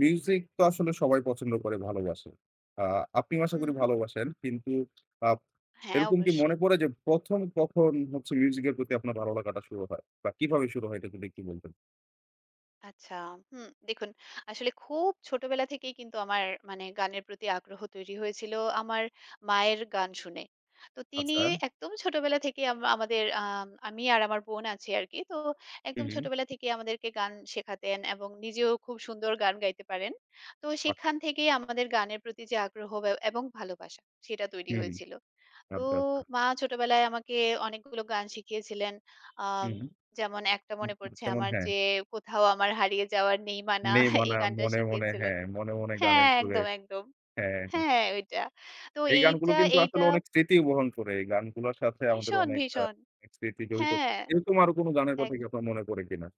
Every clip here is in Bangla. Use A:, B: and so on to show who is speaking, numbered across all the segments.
A: মিউজিক তো আসলে সবাই পছন্দ করে, ভালোবাসে। আ আপনিও আশা করি
B: হুম,
A: ভালোবাসেন। কিন্তু আপ
B: হ্যাঁ,
A: এরকম কি মনে
B: অবশ্যই।
A: পড়ে যে ১ম কখন হচ্ছে মিউজিকের প্রতি আপনার ভালো লাগাটা শুরু হয়? বা কিভাবে শুরু হয় এটা যদি একটু বলতেন?
B: আচ্ছা, হুম, দেখুন আসলে খুব ছোটবেলা থেকেই কিন্তু আমার মানে গানের প্রতি আগ্রহ তৈরি হয়েছিল আমার মায়ের গান শুনে। তো তিনি
A: আচ্ছা।
B: একদম ছোটবেলা থেকেই আম আমাদের আম আমি আর আমার বোন আছি আরকি। তো একদম
A: হুম,
B: ছোটবেলা থেকেই আমাদেরকে গান শেখাতেন এবং নিজেও খুব সুন্দর গান গাইতে পারেন। তো
A: আ
B: সেখান থেকেই আমাদের গানের প্রতি যে আগ্রহ বে এবং ভালোবাসা সেটা তৈরি
A: হুম।
B: হয়েছিল। তো
A: আচ্ছা, আচ্ছা।
B: মা ছোটবেলায় আমাকে অনেকগুলো গান শিখিয়েছিলেন। আম
A: হুম।
B: যেমন একটা মনে পড়ছে
A: যেমন
B: আমার
A: হ্যাঁ,
B: যে, 'কোথাও আমার হারিয়ে যাওয়ার নেই-মানা'
A: নেই
B: এই
A: মানা,
B: গানটা
A: মনে, মনে
B: শিখিয়েছিলেন।
A: হ্যাঁ, মনে, মনে গানের
B: হ্যাঁ,
A: সুরে।
B: একদম, একদম।
A: হ্যাঁ, হ্যাঁ।
B: হ্যাঁ, ওইটা। তো
A: এই গানগুলো
B: এইটা
A: কিন্তু
B: এইটা
A: আসলে অনেক স্মৃতি বহন করে। এই গানগুলোর সাথে আমাদের
B: ভীষণ,
A: অনেক
B: ভীষণ।
A: স্মৃতি জড়িত
B: হ্যাঁ,
A: থাকে। এরকম আরো কোনো গানের কথা
B: এক
A: কি আপনার মনে পড়ে কিনা?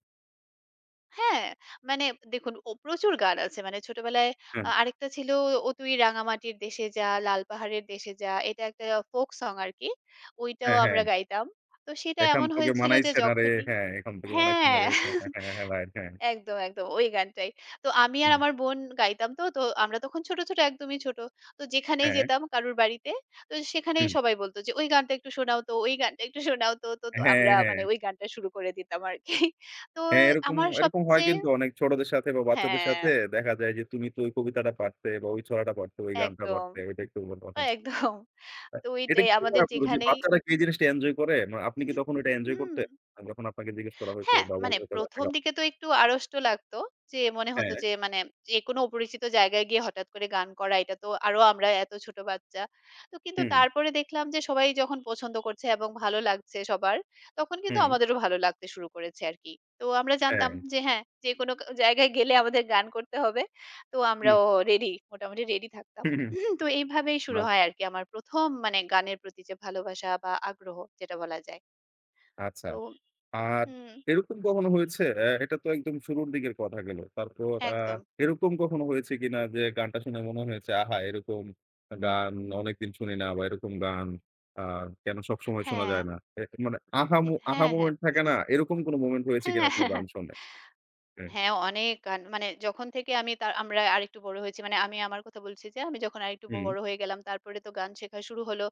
B: হ্যাঁ, মানে দেখুন ও প্রচুর গান আছে। মানে ছোটবেলায়
A: হ্যাঁ,
B: আরেকটা ছিল 'ও তুই রাঙামাটির দেশে যা', 'লাল পাহাড়ের দেশে যা'। এটা একটা ফোক সং আরকি। ওইটাও
A: হ্যাঁ, হ্যাঁ।
B: আমরা গাইতাম। তো সেটা
A: "এখন
B: এমন
A: তোকে
B: হয়েছিল যে
A: মানাইছে না রে,
B: যখনই
A: হ্যাঁ, এখন তোকে মানাইছে না
B: হ্যাঁ।
A: রে।" এরকম হ্যাঁ, হ্যাঁ, রাইট হ্যাঁ।
B: একদম, একদম ওই গানটাই। তো আমি আর
A: হুম,
B: আমার বোন গাইতাম তো, তো আমরা তখন ছোট, ছোট একদমই ছোট। তো যেখানেই
A: হ্যাঁ,
B: যেতাম কারুর বাড়িতে, তো সেখানেই
A: হুম।
B: সবাই বলতো যে, "ওই গানটা একটু শোনাও তো, ওই গানটা একটু শোনাও তো।" তো
A: হ্যাঁ,
B: আমরা মানে
A: হ্যাঁ।
B: ওই গানটা শুরু করে দিতাম আরকি। তো
A: হ্যাঁ, এরকম
B: আমার
A: এরকম হয়
B: সবচেয়ে
A: কিন্তু অনেক ছোটদের সাথে বা বাচ্চাদের
B: হ্যাঁ,
A: সাথে দেখা যায় যে, "তুমি তো ওই কবিতাটা পারতে বা ওই ছড়াটা পারতে, ওই গানটা
B: একদম,
A: পারতে, ওইটা একটু বলো।" হ্যাঁ।
B: একদম। তো
A: এটা
B: ওইটাই
A: কি মনে
B: আমাদের
A: হয় আপনার যে
B: যেখানেই
A: বাচ্চারা কি এই জিনিসটা এনজয় করে? মানে আপনি কি তখন ওইটা এনজয়
B: হুম।
A: করতেন? যখন আপনাকে জিজ্ঞেস করা হইতো
B: হ্যাঁ,
A: বা
B: মানে
A: বলা হইতো গানটা
B: ১ম
A: গাও?
B: দিকে তো একটু আড়ষ্ট লাগতো। যে মনে হতো
A: হ্যাঁ,
B: যে মানে যেকোনো অপরিচিত জায়গায় গিয়ে হঠাৎ করে গান করা এটা তো আরো আমরা এত ছোট বাচ্চা। তো কিন্তু
A: হুম,
B: তারপরে দেখলাম যে সবাই যখন পছন্দ করছে এবং ভালো লাগছে সবার, তখন কিন্তু
A: হুম,
B: আমাদেরও ভালো লাগতে শুরু করেছে আরকি। তো আমরা জানতাম
A: হ্যাঁ,
B: যে হ্যাঁ, যেকোনো জায়গায় গেলে আমাদের গান করতে হবে। তো
A: হুম,
B: আমরাও রেডি, মোটামুটি রেডি থাকতাম।
A: হুম, হুম।
B: তো এইভাবেই শুরু
A: বাহ!
B: হয় আরকি আমার ১ম মানে গানের প্রতি যে ভালোবাসা বা আগ্রহ যেটা বলা যায়।
A: আচ্ছা।
B: তো
A: আর
B: হুম,
A: এরকম কখনো হয়েছে এটা তো একদম শুরুর দিকের কথা গেল। তারপর
B: একদম।
A: এরকম কখনো হয়েছে কিনা যে গানটা শুনে মনে হয়েছে, আহা! এরকম গান অনেকদিন শুনি না বা এরকম গান আ কেন সবসময় শোনা
B: হ্যাঁ,
A: যায় না? মানে আহা
B: হ্যাঁ, হ্যাঁ।
A: মোমেন্ট থাকে না? এরকম কোনো মোমেন্ট হয়েছে
B: হ্যাঁ,
A: কিনা কোনো
B: হ্যাঁ, হ্যাঁ।
A: গান শুনে? হ্যাঁ।
B: হ্যাঁ, অনেক গান মানে যখন থেকে আমি তার আমরা আরেকটু বড় হয়েছি মানে আমি আমার কথা বলছি যে আমি যখন আরেকটু
A: হুম,
B: বড় হয়ে গেলাম তারপরে তো গান শেখা শুরু হলো।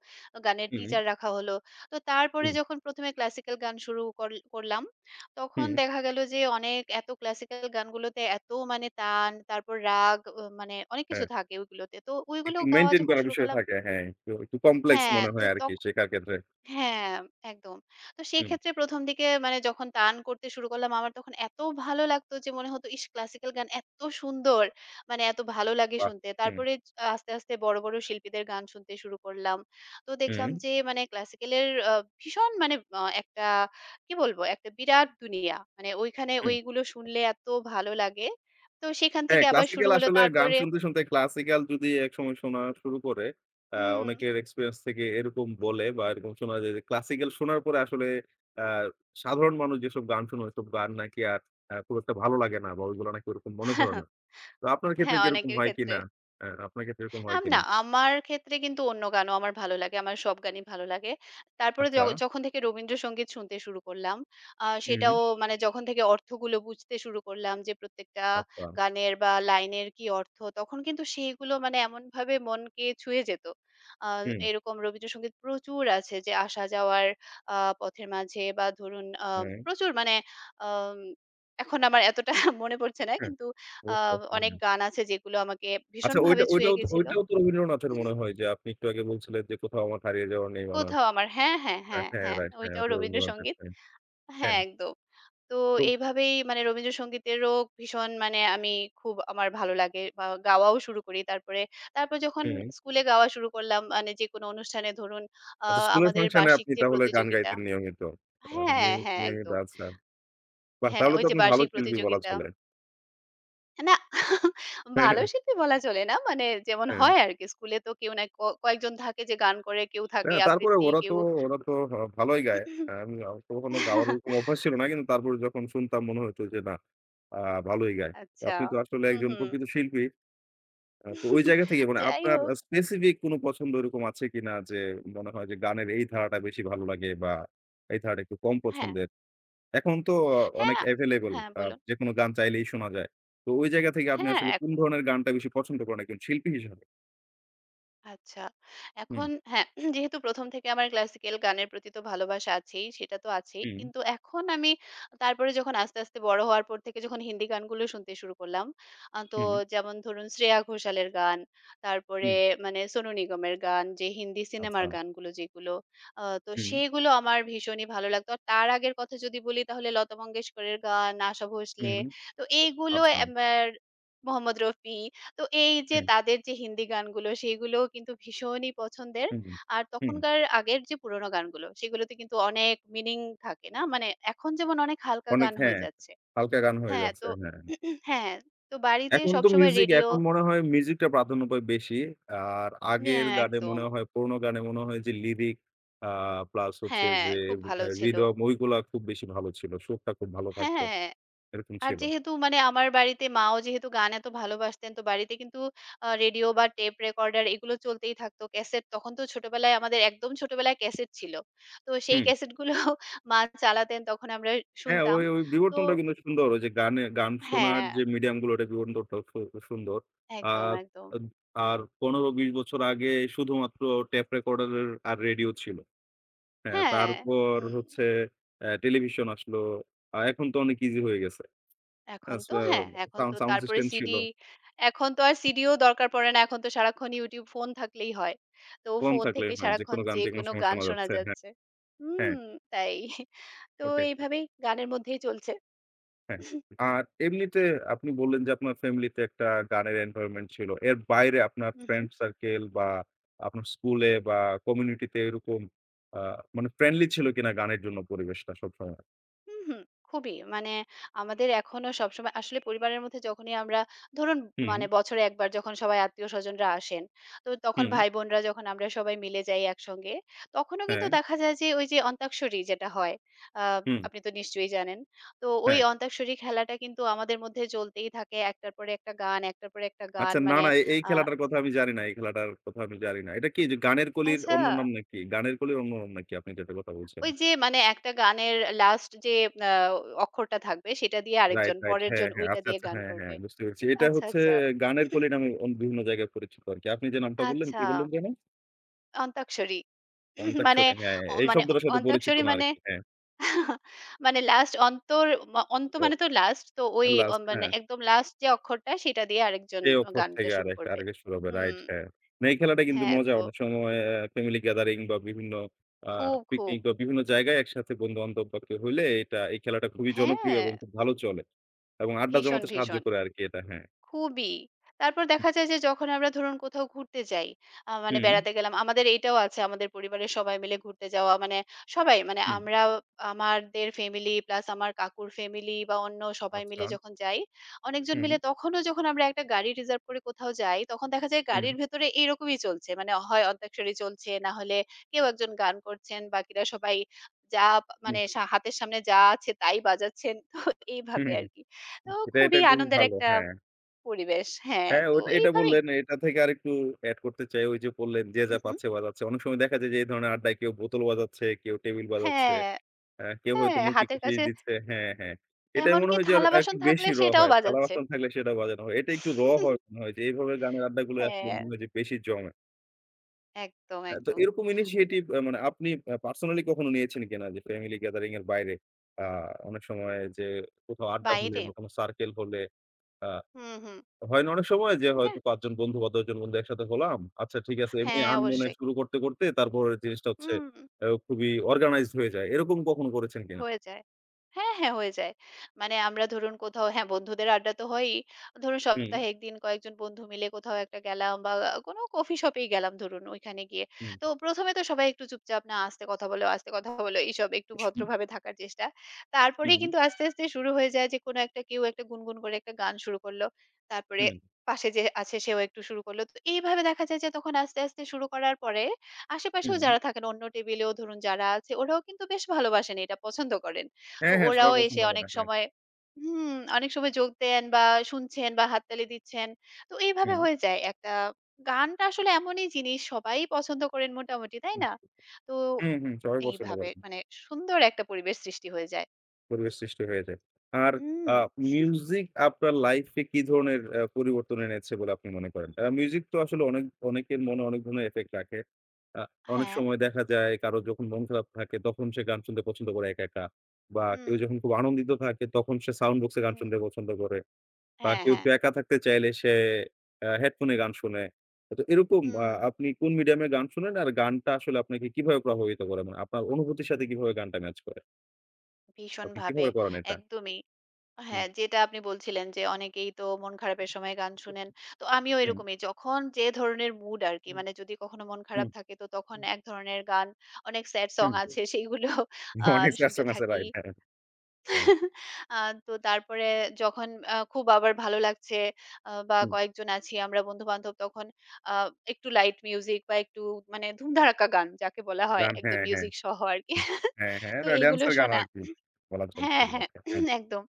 B: গানের
A: হুম,
B: টিচার রাখা হলো। তো তারপরে
A: হুম,
B: যখন ১ম এ ক্লাসিক্যাল গান শুরু করলাম, তখন
A: হুম,
B: দেখা গেল যে অনেক এত ক্লাসিক্যাল গানগুলোতে এত মানে তান, তারপর রাগ ও মানে অনেক কিছু
A: হ্যাঁ।
B: থাকে ওইগুলোতে। তো ওইগুলো
A: একটু
B: গাওয়া
A: মেইনটেইন
B: যখন
A: করার
B: শুরু
A: বিষয়
B: করলাম
A: থাকে। হ্যাঁ, একটু কমপ্লেক্স
B: হ্যাঁ,
A: মনে
B: তো
A: হয় আরকি
B: তখন
A: শেখার ক্ষেত্রে।
B: হ্যাঁ, একদম। তো
A: হুম,
B: সেক্ষেত্রে ১ম দিকে মানে যখন তান করতে শুরু করলাম, আমার তখন এত ভালো লাগতো যে মনে হতো, ইস! ক্লাসিক্যাল গান এত সুন্দর! মানে এত ভালো লাগে
A: বাহ!
B: শুনতে।
A: হুম,
B: তারপরে আস্তে, আস্তে বড়, বড় শিল্পীদের গান শুনতে শুরু করলাম। তো
A: হুম।
B: দেখলাম যে মানে ক্লাসিক্যালের ভীষণ মানে একটা কি বলবো? একটা বিরাট দুনিয়া। মানে ওইখানে ওইগুলো শুনলে এত ভালো লাগে। তো সেখান
A: হ্যাঁ,
B: থেকে আবার শুরু
A: ক্লাসিক্যাল
B: হলো।
A: আসলে গান
B: তারপরে
A: শুনতে ক্লাসিক্যাল যদি একসময় শোনা শুরু করে,
B: হুম।
A: অনেকের এক্সপেরিয়েন্স থেকে এরকম বলে বা এরকম শোনা যায় যে, ক্লাসিক্যাল শোনার পরে আসলে আ সাধারণ মানুষ যেসব গান শোনে, ওইসব গান নাকি আর খুব একটা ভালো লাগে না বা ওইগুলো নাকি ওরকম মনে ধরে না। তো আপনার ক্ষেত্রে
B: হ্যাঁ,
A: কি এরকম
B: অনেকের
A: হয়
B: ক্ষেত্রে।
A: কিনা? আপনার ক্ষেত্রে এরকম হয়
B: না,
A: কিনা?
B: আমার ক্ষেত্রে কিন্তু অন্য গানও আমার ভালো লাগে। আমার সব গানই ভালো লাগে। তারপরে
A: আচ্ছা।
B: যখন থেকে রবীন্দ্রসঙ্গীত শুনতে শুরু করলাম,
A: হুম, হুম।
B: সেটাও মানে যখন থেকে অর্থগুলো বুঝতে শুরু করলাম যে প্রত্যেকটা
A: আচ্ছা।
B: গানের বা লাইনের কি অর্থ, তখন কিন্তু সেইগুলো মানে এমনভাবে মনকে ছুঁয়ে যেত। আ
A: হুম,
B: এরকম রবীন্দ্রসঙ্গীত প্রচুর আছে যে আসা যাওয়ার পথের মাঝে বা ধরুন
A: হ্যাঁ,
B: প্রচুর মানে আম এখন আমার এতটা মনে পড়ছে না।
A: হ্যাঁ।
B: কিন্তু আ
A: বুঝতে পারছি,
B: অনেক
A: হ্যাঁ।
B: গান আছে যেগুলো আমাকে
A: আচ্ছা
B: ভীষণভাবে ছুঁয়ে গেছিল।
A: ওইটাও তো রবীন্দ্রনাথের মনে হয় যে, আপনি একটু আগে বলছিলেন যে, "কোথাও আমার হারিয়ে যাওয়ার নেই অনাথ।"
B: কোথাও আমার হ্যাঁ, হ্যাঁ,
A: হ্যাঁ,
B: হ্যাঁ,
A: হ্যাঁ,
B: হ্যাঁ,
A: রাইট হ্যাঁ,
B: ওইটাও
A: ওটা রবীন্দ্রনাথের।
B: রবীন্দ্রসঙ্গীত।
A: হ্যাঁ।
B: হ্যাঁ,
A: হ্যাঁ,
B: একদম। তো
A: তো
B: এইভাবেই মানে রবীন্দ্রসঙ্গীতেরও ভীষণ মানে আমি খুব আমার ভালো লাগে বা গাওয়াও শুরু করি। তারপরে, তারপর যখন
A: হুম।
B: স্কুলে গাওয়া শুরু করলাম মানে যেকোনো অনুষ্ঠানে ধরুন আ
A: আচ্ছা স্কুলের
B: আমাদের
A: ফাংশনে
B: বার্ষিক
A: আপনি
B: যে
A: তাহলে গান
B: প্রতিযোগিতা
A: গাইতেন নিয়মিত।
B: হ্যাঁ, হ্যাঁ,
A: নিয়মিত
B: একদম।
A: আচ্ছা। বাহ!
B: হ্যাঁ,
A: তাহলে
B: ওই
A: তো
B: যে
A: আপনি ভালো
B: বার্ষিক
A: শিল্পী বলা
B: প্রতিযোগিতা
A: চলে।
B: না ভালো
A: হ্যাঁ,
B: শিল্পী বলা চলে না। মানে যেমন
A: হ্যাঁ,
B: হয় আরকি স্কুলে তো কেউ না কয়েকজন থাকে যে গান করে, কেউ থাকে
A: হ্যাঁ, তারপরে
B: আবৃত্তি,
A: ওরা তো
B: কেউ
A: ওরা তো হ ভালোই গায়। আহ, আমি কখনো গাওয়ার ওরকম অভ্যাস ছিল না। কিন্তু তারপরে যখন শুনতাম মনে হতো যে না আ ভালোই গায়। তো
B: আচ্ছা।
A: আপনি তো আসলে
B: হুম,
A: একজন
B: হুম।
A: প্রকৃত শিল্পী। তো ওই জায়গা থেকে মানে
B: যাই
A: আপনার
B: হোক।
A: স্পেসিফিক কোনো পছন্দ এরকম আছে কিনা যে মনে হয় যে গানের এই ধারাটা বেশি ভালো লাগে বা এই ধারাটা একটু কম
B: হ্যাঁ।
A: পছন্দের? এখন তো অনেক
B: হ্যাঁ,
A: এভেইলেবল।
B: হ্যাঁ
A: আ
B: বলুন।
A: যেকোনো গান চাইলেই শোনা যায়। তো ওই জায়গা থেকে আপনি
B: হ্যাঁ,
A: আসলে কোন
B: এখন
A: ধরনের গানটা বেশি পছন্দ করেন একজন শিল্পী হিসাবে?
B: আচ্ছা।
A: হুম,
B: এখন হ্যাঁ, যেহেতু ১ম থেকে আমার ক্লাসিক্যাল গানের প্রতি তো ভালোবাসা আছেই, সেটা তো আছেই।
A: হুম,
B: কিন্তু এখন আমি তারপরে যখন আস্তে, আস্তে বড় হওয়ার পর থেকে যখন হিন্দি গানগুলো শুনতে শুরু করলাম, তো
A: হুম,
B: যেমন ধরুন শ্রেয়া ঘোষালের গান, তারপরে
A: হুম।
B: মানে সোনু নিগমের গান, যে হিন্দি
A: আচ্ছা।
B: সিনেমার গানগুলো যেগুলো, তো
A: হুম,
B: সেগুলো আমার ভীষণই ভালো লাগতো। আর তার আগের কথা যদি বলি তাহলে লতা মঙ্গেশকরের গান, আশা ভোসলে।
A: হুম,
B: তো এইগুলো
A: আচ্ছা।
B: আমার মোহাম্মদ রফি তো এই যে
A: হুম,
B: তাদের যে হিন্দি গানগুলো সেগুলোও কিন্তু ভীষণই পছন্দের।
A: হুম,
B: আর
A: হুম।
B: তখনকার আগের যে পুরোনো গানগুলো সেগুলোতে কিন্তু অনেক মিনিং থাকে না? মানে এখন যেমন অনেক হালকা
A: অনেক
B: গান হয়ে
A: হ্যাঁ,
B: যাচ্ছে।
A: হালকা গান হয়ে
B: হ্যাঁ,
A: যাচ্ছে।
B: তো
A: হ্যাঁ।
B: হ্যাঁ, তো বাড়িতে
A: এখন তো
B: সবসময়
A: মিউজিক
B: রেডিও
A: এখন মনে হয় মিউজিকটা প্রাধান্য পায় বেশি। আর আগের গানে
B: একদম।
A: মনে হয় পুরোনো গানে মনে হয় যে লিরিক আ প্লাস হচ্ছে
B: হ্যাঁ,
A: যে
B: খুব ভালো
A: এ
B: ছিল।
A: হৃদয়ম ওইগুলা খুব বেশি ভালো ছিল। সুরটা খুব ভালো
B: হ্যাঁ।
A: থাকতো।
B: হ্যাঁ,
A: এরকম
B: আর
A: ছিল।
B: যেহেতু মানে আমার বাড়িতে মাও যেহেতু গান এত ভালোবাসতেন তো বাড়িতে কিন্তু রেডিও বা টেপ রেকর্ডার এগুলো চলতেই থাকতো। ক্যাসেট তখন তো ছোটবেলায় আমাদের একদম ছোটবেলায় ক্যাসেট ছিল। তো সেই
A: হুম।
B: ক্যাসেটগুলো মা চালাতেন তখন আমরা
A: হ্যাঁ,
B: শুনতাম।
A: ওই
B: তো
A: বিবর্তনটা কিন্তু সুন্দর। ওই যে গানে গান শোনার
B: হ্যাঁ,
A: যে মিডিয়াম গুলো ওটার বিবর্তনটাও সুন্দর।
B: একদম,
A: আর
B: একদম।
A: আদ আর ১৫-২০ বছর আগে শুধুমাত্র টেপ রেকর্ডার আর রেডিও ছিল। হ্যাঁ,
B: হ্যাঁ,
A: তারপর
B: হুম।
A: হচ্ছে টেলিভিশন আসলো। এখন তো অনেক ইজি হয়ে গেছে। আ
B: এখন তো
A: সা
B: হ্যাঁ, এখন
A: সাউন্ড
B: তো
A: সাউন্ড
B: তারপরে
A: সিস্টেম ছিল।
B: সিডি, এখন তো আর সিডিও দরকার পড়ে না। এখন তো সারাক্ষণ YouTube ফোন থাকলেই হয়। তো
A: ফোন
B: ফোন
A: থাকলেই
B: থেকে
A: হয়।
B: সারাক্ষণ
A: যেকোনো গান যেকোনো
B: যেকোনো
A: সময়
B: গান
A: শোনা
B: শোনা
A: যাচ্ছে। হ্যাঁ,
B: যাচ্ছে।
A: হ্যাঁ,
B: হুম, তাই। তো
A: ওটাই।
B: এইভাবেই গানের মধ্যেই চলছে।
A: হ্যাঁ। আর এমনিতে আপনি বললেন যে আপনার ফ্যামিলিতে একটা গানের এনভায়রনমেন্ট ছিল। এর বাইরে আপনার
B: হু, হু।
A: ফ্রেন্ড সার্কেল বা আপনার স্কুলে বা কমিউনিটিতে এরকম আ মানে ফ্রেন্ডলি ছিল কিনা গানের জন্য পরিবেশটা সবসময়?
B: হুম, হুম। খুবই। মানে আমাদের এখনো সবসময় আসলে পরিবারের মধ্যে যখনই আমরা ধরুন
A: হুম,
B: মানে বছরে একবার যখন সবাই আত্মীয়-স্বজনরা আসেন, তো তখন
A: হুম,
B: ভাই-বোনরা যখন আমরা সবাই মিলে যাই একসঙ্গে, তখনও কিন্তু
A: হ্যাঁ,
B: দেখা যায় যে ওই যে অন্তাক্ষরী যেটা হয়, আ
A: হুম,
B: আপনি তো নিশ্চয়ই জানেন। তো ওই
A: হ্যাঁ।
B: অন্তাক্ষরী খেলাটা কিন্তু আমাদের মধ্যে চলতেই থাকে। একটার পরে একটা গান, একটার পরে একটা গান
A: আচ্ছা না,
B: মানে
A: না, এই
B: আ
A: খেলাটার কথা আমি জানি না। এই খেলাটার কথা আমি জানি না। এটা কি যে গানের কলির
B: আচ্ছা
A: অন্য নাম নাকি? গানের কলির অন্য নাম নাকি আপনি যেটার কথা বলছেন?
B: ওই যে মানে একটা গানের লাস্ট যে আ অক্ষরটা থাকবে সেটা দিয়ে আরেকজন,
A: রাইট।
B: পরের
A: হ্যাঁ,
B: জন
A: হ্যাঁ।
B: ওইটা
A: আচ্ছা,
B: দিয়ে
A: আচ্ছা।
B: গান
A: হ্যাঁ, হ্যাঁ।
B: করবে।
A: বুঝতে পেরেছি। এটা
B: আচ্ছা,
A: হচ্ছে
B: আচ্ছা।
A: গানের কলি নামে বিভিন্ন জায়গায় পরিচিত আরকি। আপনি যে নামটা বললেন, কি
B: আচ্ছা,
A: বললেন যেন?
B: অন্তাক্ষরী।
A: কন্টাক্ট
B: মানে
A: হ্যাঁ,
B: অ
A: এই
B: মানে অ
A: শব্দটার সাথে পরিচিত
B: অন্তাক্ষরী
A: না
B: মানে
A: আরকি। হ্যাঁ,
B: মানে লাস্ট অন্তর অন্ত
A: ও
B: মানে তো লাস্ট তো ওই
A: লাস্ট
B: মানে
A: হ্যাঁ,
B: একদম লাস্ট যে অক্ষরটা সেটা দিয়ে আরেকজন
A: সে অক্ষর
B: গানটা
A: থেকে আর
B: শুরু
A: একটা আরেকটা
B: করবে।
A: আরেকে শুরু হবে।
B: হুম,
A: রাইট হ্যাঁ। না এই খেলাটা কিন্তু
B: হ্যাঁ,
A: মজা।
B: তো
A: অনেক সময় ফ্যামিলি গ্যাদারিং বা বিভিন্ন আ
B: খুব, খুব।
A: পিকনিক বা বিভিন্ন জায়গায় একসাথে বন্ধু-বান্ধব বা কেউ হইলে এই খেলাটা খুবই
B: হ্যাঁ,
A: জনপ্রিয় এবং খুব ভালো চলে। এবং আড্ডা
B: ভীষণ,
A: জমাতে সাহায্য
B: ভীষণ।
A: করে আরকি এটা হ্যাঁ।
B: খুবই। তারপর দেখা যায় যে যখন আমরা ধরুন কোথাও ঘুরতে যাই, মানে
A: হুম,
B: বেড়াতে গেলাম। আমাদের এইটাও আছে আমাদের পরিবারের সবাই মিলে ঘুরতে যাওয়া মানে সবাই মানে
A: হুম।
B: আমরা আমাদের ফ্যামিলি প্লাস আমার কাকুর ফ্যামিলি বা অন্য সবাই
A: আচ্ছা।
B: মিলে যখন যাই, অনেকজন
A: হুম,
B: মিলে তখনও যখন আমরা একটা গাড়ি রিজার্ভ করে কোথাও যাই, তখন দেখা যায়
A: হুম,
B: গাড়ির ভেতরে এইরকমই চলছে। মানে হয় অন্তাক্ষরী চলছে, না হলে কেউ একজন গান করছেন, বাকিরা সবাই যা পা-
A: হুম,
B: মানে সা হাতের সামনে যা আছে তাই বাজাচ্ছেন। তো
A: হুম।
B: এইভাবে আরকি। তো
A: এটা
B: খুবই
A: খুবই
B: আনন্দের
A: ভালো।
B: একটা
A: হ্যাঁ।
B: পরিবেশ। হ্যাঁ,
A: হ্যাঁ,
B: তো
A: ওটা এটা
B: এইভাবেই
A: বললেন। এটা থেকে আরেকটু এড করতে চাই। ওই যে বললেন, যে
B: হু,
A: যা
B: হু।
A: পাচ্ছে বাজাচ্ছে। অনেক সময় দেখা যায় যে এই ধরনের আড্ডায় কেউ বোতল বাজাচ্ছে, কেউ টেবিল বাজাচ্ছে,
B: হ্যাঁ,
A: কেউ হয়তো
B: হ্যাঁ,
A: মুখে
B: হাতের
A: ঘুষি
B: কাছে
A: দিচ্ছে। হ্যাঁ, হ্যাঁ। এটাই মনে
B: এমনকি
A: হয় যে আর আরেকটু
B: থালা-বাসন থাকলে
A: বেশি র
B: সেটাও
A: হয়।
B: বাজাচ্ছে।
A: থালা-বাসন থাকলে সেটা বাজানো হয়। এটা একটু র হয় মনে হয় যে এইভাবে গানের আড্ডাগুলো আসলে
B: হ্যাঁ,
A: মনে হয় যে বেশি জমে।
B: একদম,
A: তো
B: একদম।
A: এরকম
B: তো
A: ইনিশিয়েটিভ মানে আপনি পার্সোনালি কখনো নিয়েছেন কিনা? যে ফ্যামিলি গ্যাদারিং এর বাইরে আ অনেক সময় যে কোথাও আড্ডা হলে
B: বাইরে
A: বা কোনো সার্কেল হলে আ
B: হুম, হুম।
A: হয় না অনেক সময় যে
B: হ্যাঁ,
A: হয়তো ৫ জন বন্ধু বা ১০ জন বন্ধু একসাথে হলাম। আচ্ছা ঠিক আছে এমনি
B: হ্যাঁ,
A: আনমনে
B: অবশ্যই।
A: শুরু করতে তারপর জিনিসটা হচ্ছে
B: হুম।
A: খুবই অর্গানাইজড হয়ে যায়। এরকম কখনো করেছেন কিনা?
B: হয়ে যায়। হ্যাঁ, হ্যাঁ হয়ে যায়। মানে আমরা ধরুন কোথাও হ্যাঁ, বন্ধুদের আড্ডা তো হয়ই। ধরুন
A: হুম,
B: সপ্তাহে ১ দিন কয়েকজন বন্ধু মিলে কোথাও একটা গেলাম বা কোনো কফি শপেই গেলাম ধরুন ওইখানে গিয়ে।
A: হুম,
B: তো ১ম এ তো সবাই একটু চুপচাপ না আস্তে কথা বলো, আস্তে কথা বলো এইসব একটু ভদ্রভাবে থাকার চেষ্টা। তারপরেই
A: হুম,
B: কিন্তু আস্তে, আস্তে শুরু হয়ে যায় যে কোনো একটা কেউ একটা গুনগুন করে একটা গান শুরু করল। তারপরে
A: হুম,
B: পাশে যে আছে সেও একটু শুরু করল। তো এইভাবে দেখা যায় যে তখন আস্তে, আস্তে শুরু করার পরে আশেপাশেও
A: হুম।
B: যারা থাকেন অন্য টেবিলেও ধরুন যারা আছে ওরাও কিন্তু বেশ ভালোবাসেন এটা, পছন্দ করেন। তো
A: হ্যাঁ, হ্যাঁ সবাই
B: ওরাও এসে
A: পছন্দ করে।
B: অনেক
A: হ্যাঁ,
B: সময় হুম, অনেক সময় যোগ দেন বা শুনছেন বা হাততালি দিচ্ছেন। তো এইভাবে
A: হুম,
B: হয়ে যায় একটা গানটা আসলে এমনই জিনিস সবাই পছন্দ করেন মোটামুটি, তাই
A: হুম,
B: না? তো
A: হুম, হুম সবাই পছন্দ
B: এইভাবে
A: করে।
B: মানে সুন্দর একটা পরিবেশ সৃষ্টি হয়ে যায়।
A: পরিবেশ সৃষ্টি হয়ে যায়। আর আ
B: উম
A: মিউজিক আপনার লাইফে কি ধরনের পরিবর্তন এনেছে বলে আপনি মনে করেন? মিউজিক তো আসলে অনেক অনেকের মনে অনেক ধরনের ইফেক্ট রাখে। আ অনেক
B: হ্যাঁ,
A: সময় দেখা যায় কারো যখন মন খারাপ থাকে তখন সে গান শুনতে পছন্দ করে একা। বা
B: হুম,
A: কেউ যখন খুব আনন্দিত থাকে তখন সে সাউন্ড বক্সে গান
B: হুম।
A: শুনতে পছন্দ করে। বা
B: হ্যাঁ,
A: কেউ
B: হ্যাঁ।
A: একটু একা থাকতে চাইলে সে হেডফোনে গান শোনে। তো এরকম
B: হুম,
A: আপনি কোন মিডিয়ামে গান শোনেন? আর গানটা আসলে আপনাকে কিভাবে প্রভাবিত করে? মানে আপনার অনুভূতির সাথে কিভাবে গানটা ম্যাচ করে? আপনি
B: ভীষণভাবে
A: কিভাবে করেন এটা?
B: একদমই। হ্যাঁ, যেটা আপনি বলছিলেন যে অনেকেই তো মন খারাপের সময় গান শুনেন। তো আমিও
A: হুম,
B: এরকমই যখন যে ধরনের মুড আরকি মানে যদি কখনো মন
A: হুম,
B: খারাপ থাকে তো তখন এক ধরনের গান অনেক স্যাড সং
A: হুম।
B: আছে সেইগুলো আ
A: অনেক স্যাড
B: শুনতে
A: সং আছে
B: থাকি।
A: রাইট। হ্যাঁ, হ্যাঁ। হ্যাঁ,
B: আ তো তারপরে যখন খুব আবার ভালো লাগছে বা
A: হুম,
B: কয়েকজন আছি আমরা বন্ধু-বান্ধব তখন আ একটু লাইট মিউজিক বা একটু মানে ধুমধারাক্কা গান যাকে বলা হয়
A: গান
B: একদম
A: হ্যাঁ, হ্যাঁ।
B: মিউজিক সহ আরকি।
A: হ্যাঁ, হ্যাঁ,
B: তো
A: এটা
B: এগুলো
A: ড্যান্সের গান
B: শোনা
A: আরকি। বলা চলে
B: হ্যাঁ, হ্যাঁ
A: এটাকে। হ্যাঁ,
B: একদম।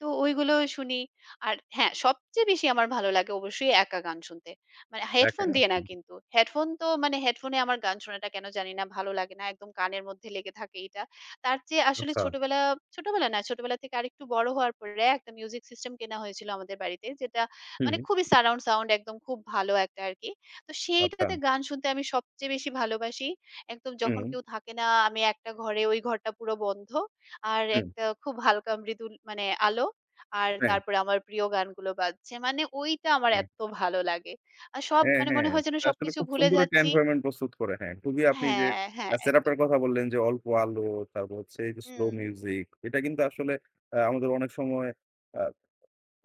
B: তো ওইগুলো শুনি। আর হ্যাঁ, সবচেয়ে বেশি আমার ভালো লাগে অবশ্যই একা গান শুনতে। মানে
A: একা
B: হেডফোন
A: গান
B: দিয়ে না
A: শুনবি।
B: কিন্তু। হেডফোন তো মানে হেডফোনে আমার গান শোনাটা কেন জানি না ভালো লাগে না। একদম কানের মধ্যে লেগে থাকে এটা। তার চেয়ে আসলে
A: আচ্ছা।
B: ছোটবেলা থেকে আরেকটু বড় হওয়ার পরে একটা মিউজিক সিস্টেম কেনা হয়েছিল আমাদের বাড়িতে। যেটা
A: হুম,
B: মানে খুবই সারাউন্ড সাউন্ড একদম খুব ভালো একটা আরকি। তো
A: আচ্ছা।
B: সেইটাতে গান শুনতে আমি সবচেয়ে বেশি ভালোবাসি। একদম যখন
A: হুম,
B: কেউ থাকে না আমি একটা ঘরে, ওই ঘরটা পুরো বন্ধ। আর
A: হুম।
B: একটা খুব হালকা মৃদু মানে আলো আর
A: হ্যাঁ,
B: তারপরে আমার প্রিয় গানগুলো বাজছে। মানে ওইটা আমার
A: হ্যাঁ,
B: এত ভালো লাগে। আর সব
A: হ্যাঁ,
B: মানে
A: হ্যাঁ।
B: মনে হয় যেন
A: এটা আসলে
B: সবকিছু
A: খুব
B: ভুলে
A: সুন্দর একটা
B: যাচ্ছি
A: এনভায়রনমেন্ট প্রস্তুত করে। হ্যাঁ, খুবই আপনি যে
B: হ্যাঁ, হ্যাঁ,
A: সেটআপ এর
B: একদম।
A: কথা বললেন যে অল্প আলো, তারপর হচ্ছে এই যে স্লো
B: হুম।
A: মিউজিক। এটা কিন্তু আসলে আমাদের অনেক সময় আ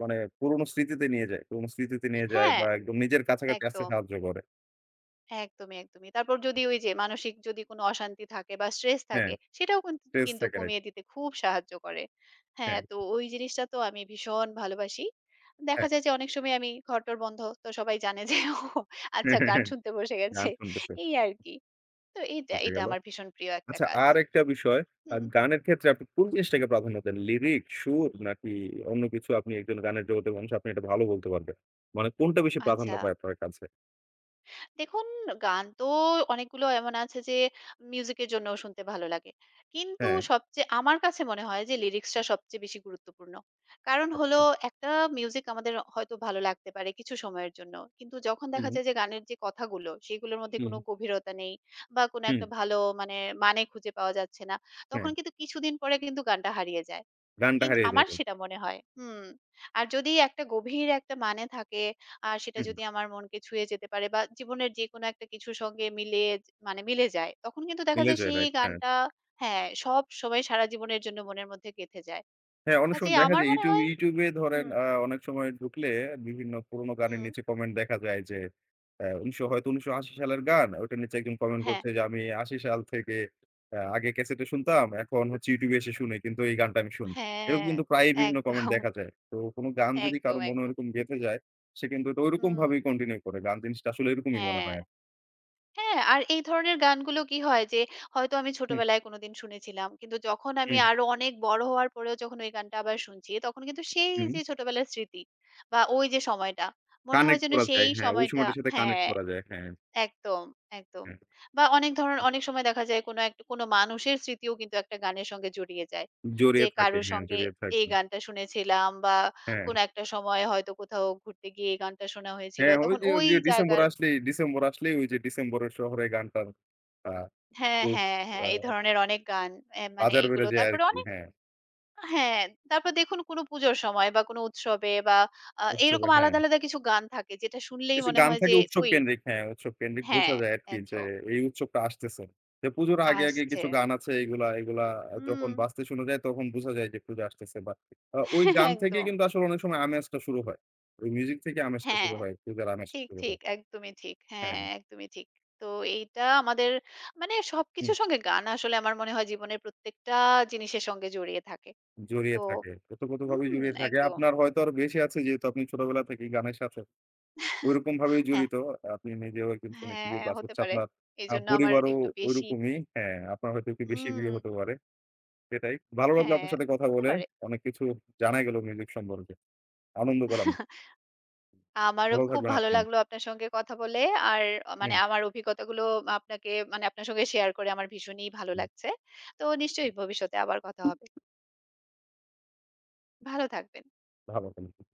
A: মানে পুরোনো স্মৃতিতে নিয়ে যায়। পুরোনো স্মৃতিতে নিয়ে যায়
B: হ্যাঁ,
A: বা একদম নিজের কাছাকাছি আসতে
B: একদম।
A: সাহায্য করে।
B: একদমই, একদমই। তারপর যদি ওই যে মানসিক যদি কোনো অশান্তি থাকে বা স্ট্রেস
A: হ্যাঁ,
B: থাকে সেটাও কিন্তু
A: স্ট্রেস
B: কিন্তু
A: থাকে না।
B: কমিয়ে দিতে খুব সাহায্য করে। হ্যাঁ,
A: হ্যাঁ,
B: তো ওই জিনিসটা তো আমি ভীষণ ভালোবাসি। দেখা
A: হ্যাঁ।
B: যায় যে অনেক সময় আমি ঘরটর বন্ধ। তো সবাই জানে যে ও আচ্ছা গান শুনতে বসে গেছে।
A: গান শুনতেছে।
B: এই আরকি। তো এটা,
A: বোঝা
B: এটা
A: গেল।
B: আমার ভীষণ প্রিয় একটা
A: আচ্ছা
B: কাজ।
A: আরেকটা বিষয়,
B: হুম।
A: গানের ক্ষেত্রে আপনি কোন জিনিসটাকে প্রাধান্য দেন? লিরিক, সুর নাকি অন্য কিছু আপনি একজন গানের জগতের মানুষ আপনি এটা ভালো বলতে পারবেন। মানে কোনটা বেশি প্রাধান্য
B: আচ্ছা।
A: পায় আপনার কাছে?
B: দেখুন গান তো অনেকগুলো এমন আছে যে মিউজিকের জন্যও শুনতে ভালো লাগে। কিন্তু
A: হ্যাঁ,
B: সবচেয়ে আমার কাছে মনে হয় যে লিরিক্সটা সবচেয়ে বেশি গুরুত্বপূর্ণ। কারণ হলো
A: আচ্ছা।
B: একটা মিউজিক আমাদের হয়তো ভালো লাগতে পারে কিছু সময়ের জন্য। কিন্তু যখন
A: হুম,
B: দেখা
A: হুম,
B: যায় যে গানের যে কথাগুলো সেগুলোর মধ্যে
A: হুম,
B: কোনো গভীরতা নেই বা কোনো
A: হুম,
B: একটা ভালো মানে মানে খুঁজে পাওয়া যাচ্ছে না।
A: হ্যাঁ।
B: তখন কিন্তু কিছুদিন পরে কিন্তু গানটা হারিয়ে যায়।
A: গানটা
B: কিন্তু
A: হারিয়ে
B: আমার
A: যাবে।
B: সেটা মনে হয়। হুম। আর যদি একটা গভীর একটা মানে থাকে, আর সেটা
A: হুম,
B: যদি আমার মনকে ছুঁয়ে যেতে পারে বা জীবনের যেকোনো একটা কিছুর সঙ্গে মিলিয়ে মানে মিলে যায়, তখন কিন্তু দেখা
A: মিলে
B: যায়
A: যায়
B: সেই
A: রাইট হ্যাঁ।
B: গানটা হ্যাঁ, সবসময় সারা জীবনের জন্য মনের মধ্যে গেঁথে যায়।
A: হ্যাঁ, অনেক সময়
B: কাজেই
A: দেখা
B: আমার
A: যায়
B: মনে হয়
A: YouTube এ ধরেন
B: হুম,
A: অনেক সময় ঢুকলে বিভিন্ন পুরোনো গানের
B: হুম,
A: নিচে কমেন্ট দেখা যায় যে ১৯০০ হয়তো ১৯৮০ সালের গান, ওইটার নিচে একজন কমেন্ট
B: হ্যাঁ,
A: করছে যে, "আমি ৮০ সাল থেকে আগে ক্যাসেটে শুনতাম, এখন হচ্ছে YouTube এ এসে শুনি। কিন্তু এই গানটা আমি শুনি।"
B: হ্যাঁ,
A: এরকম কিন্তু প্রায়ই বিভিন্ন কমেন্ট
B: একদম,
A: দেখা যায়। তো কোনো গান যদি কারো
B: একদম,
A: মনে
B: একদম।
A: ওরকম গেঁথে যায়, সে কিন্তু ওটা
B: হুম,
A: ঐরকমভাবেই কন্টিনিউ করে। গান জিনিসটা আসলে এরকমই মনে
B: হ্যাঁ।
A: হয় আরকি।
B: হ্যাঁ, আর এই ধরনের গানগুলো কি হয় যে হয়তো আমি
A: হুম,
B: ছোটবেলায় কোনোদিন শুনেছিলাম। কিন্তু যখন আমি
A: হুম,
B: আরো অনেক বড় হওয়ার পরেও যখন ওই গানটা আবার শুনছি, তখন কিন্তু সেই
A: হুম।
B: যে ছোটবেলার স্মৃতি বা ওই যে সময়টা, মনে হয়
A: কানেক্ট
B: যেন
A: করা যায়।
B: সেই
A: হ্যাঁ, ওই
B: সময়টা
A: সময়টার সাথে কানেক্ট
B: হ্যাঁ,
A: করা যায়। হ্যাঁ,
B: একদম, একদম।
A: হ্যাঁ।
B: বা অনেক ধরনের অনেক সময় দেখা যায় কোনো একটা কোনো মানুষের স্মৃতিও কিন্তু একটা গানের সঙ্গে জড়িয়ে যায়। যে
A: জড়িয়ে থাকে।
B: কারো
A: হ্যাঁ,
B: সঙ্গে
A: জড়িয়ে থাকে।
B: এই গানটা শুনেছিলাম বা
A: হ্যাঁ।
B: কোনো একটা সময় হয়তো কোথাও ঘুরতে গিয়ে এই গানটা শোনা হয়েছিল।
A: হ্যাঁ,
B: তখন ওই
A: ডিসেম্বর
B: জায়গার
A: আসলেই ডিসেম্বর আসলেই ওই যে, ডিসেম্বরের শহরে গানটার আ
B: হ্যাঁ,
A: খুব
B: হ্যাঁ,
A: আ
B: হ্যাঁ। এই ধরনের অনেক গান মানে
A: বাজার বেড়ে
B: এগুলো
A: যায়
B: তারপরে
A: আরকি।
B: অনেক
A: হ্যাঁ,
B: হ্যাঁ, তারপর দেখুন কোনো পুজোর সময় বা কোনো উৎসবে বা
A: উৎসবে
B: এইরকম
A: হ্যাঁ।
B: আলাদা, আলাদা কিছু গান থাকে যেটা শুনলেই
A: কিছু
B: মনে
A: গান
B: হয়
A: থাকে
B: যে
A: উৎসব
B: ওই
A: কেন্দ্রিক। হ্যাঁ, উৎসব কেন্দ্রিক বোঝা
B: হ্যাঁ,
A: যায় আরকি যে,
B: একদম
A: এই উৎসবটা আসতেছে। যে, পুজোর আগে,
B: আসছে।
A: কিছু গান আছে এগুলা যখন
B: হুম,
A: বাজতে শোনা যায় তখন বোঝা যায় যে, পুজো আসতেছে বা ওই গান থেকেই
B: একদম।
A: কিন্তু আসলে অনেক সময় আমেজটা শুরু হয়। ওই মিউজিক থেকে আমেজটা
B: হ্যাঁ,
A: শুরু হয়, পূজার আমেজটা
B: ঠিক,
A: শুরু
B: ঠিক।
A: হয়।
B: একদমই ঠিক।
A: হ্যাঁ,
B: হ্যাঁ, একদমই ঠিক। তো এইটা আমাদের মানে
A: হুম,
B: সবকিছুর সঙ্গে গান আসলে আমার মনে হয় জীবনের প্রত্যেকটা জিনিসের সঙ্গে জড়িয়ে থাকে। তো
A: জড়িয়ে থাকে। ওতপ্রোতভাবেই
B: হুম,
A: জড়িয়ে থাকে।
B: একদম।
A: আপনার হয়তো আরো বেশি আছে যেহেতু আপনি ছোটবেলা থেকেই গানের সাথে ঐরকম ভাবেই
B: হ্যাঁ।
A: জড়িত। আপনি নিজেও একদিন শুনেছি যে
B: হ্যাঁ,
A: প্লাস
B: হতে
A: হচ্ছে
B: পারে।
A: আপনার
B: এজন্য আমার
A: পরিবারও
B: একটু বেশি
A: ঐরকমই। হ্যাঁ, আপনার হয়তো একটু বেশি
B: হুম,
A: বিয়ে হতে পারে। সেটাই। ভালো লাগলো
B: হ্যাঁ,
A: আপনার সাথে কথা
B: হতে
A: বলে।
B: পারে।
A: অনেক কিছু জানা গেল মিউজিক সম্পর্কে। আনন্দ পেলাম।
B: আমারও
A: ভালো
B: খুব
A: থাকবেন
B: ভালো
A: আপনি।
B: লাগলো আপনার সঙ্গে কথা বলে। আর মানে
A: হুম,
B: আমার অভিজ্ঞতাগুলো আপনাকে মানে আপনার সঙ্গে শেয়ার করে আমার ভীষণই ভালো
A: হুম।
B: লাগছে। তো নিশ্চয়ই ভবিষ্যতে আবার কথা হবে। ভালো থাকবেন।
A: ভালো থাকবেন।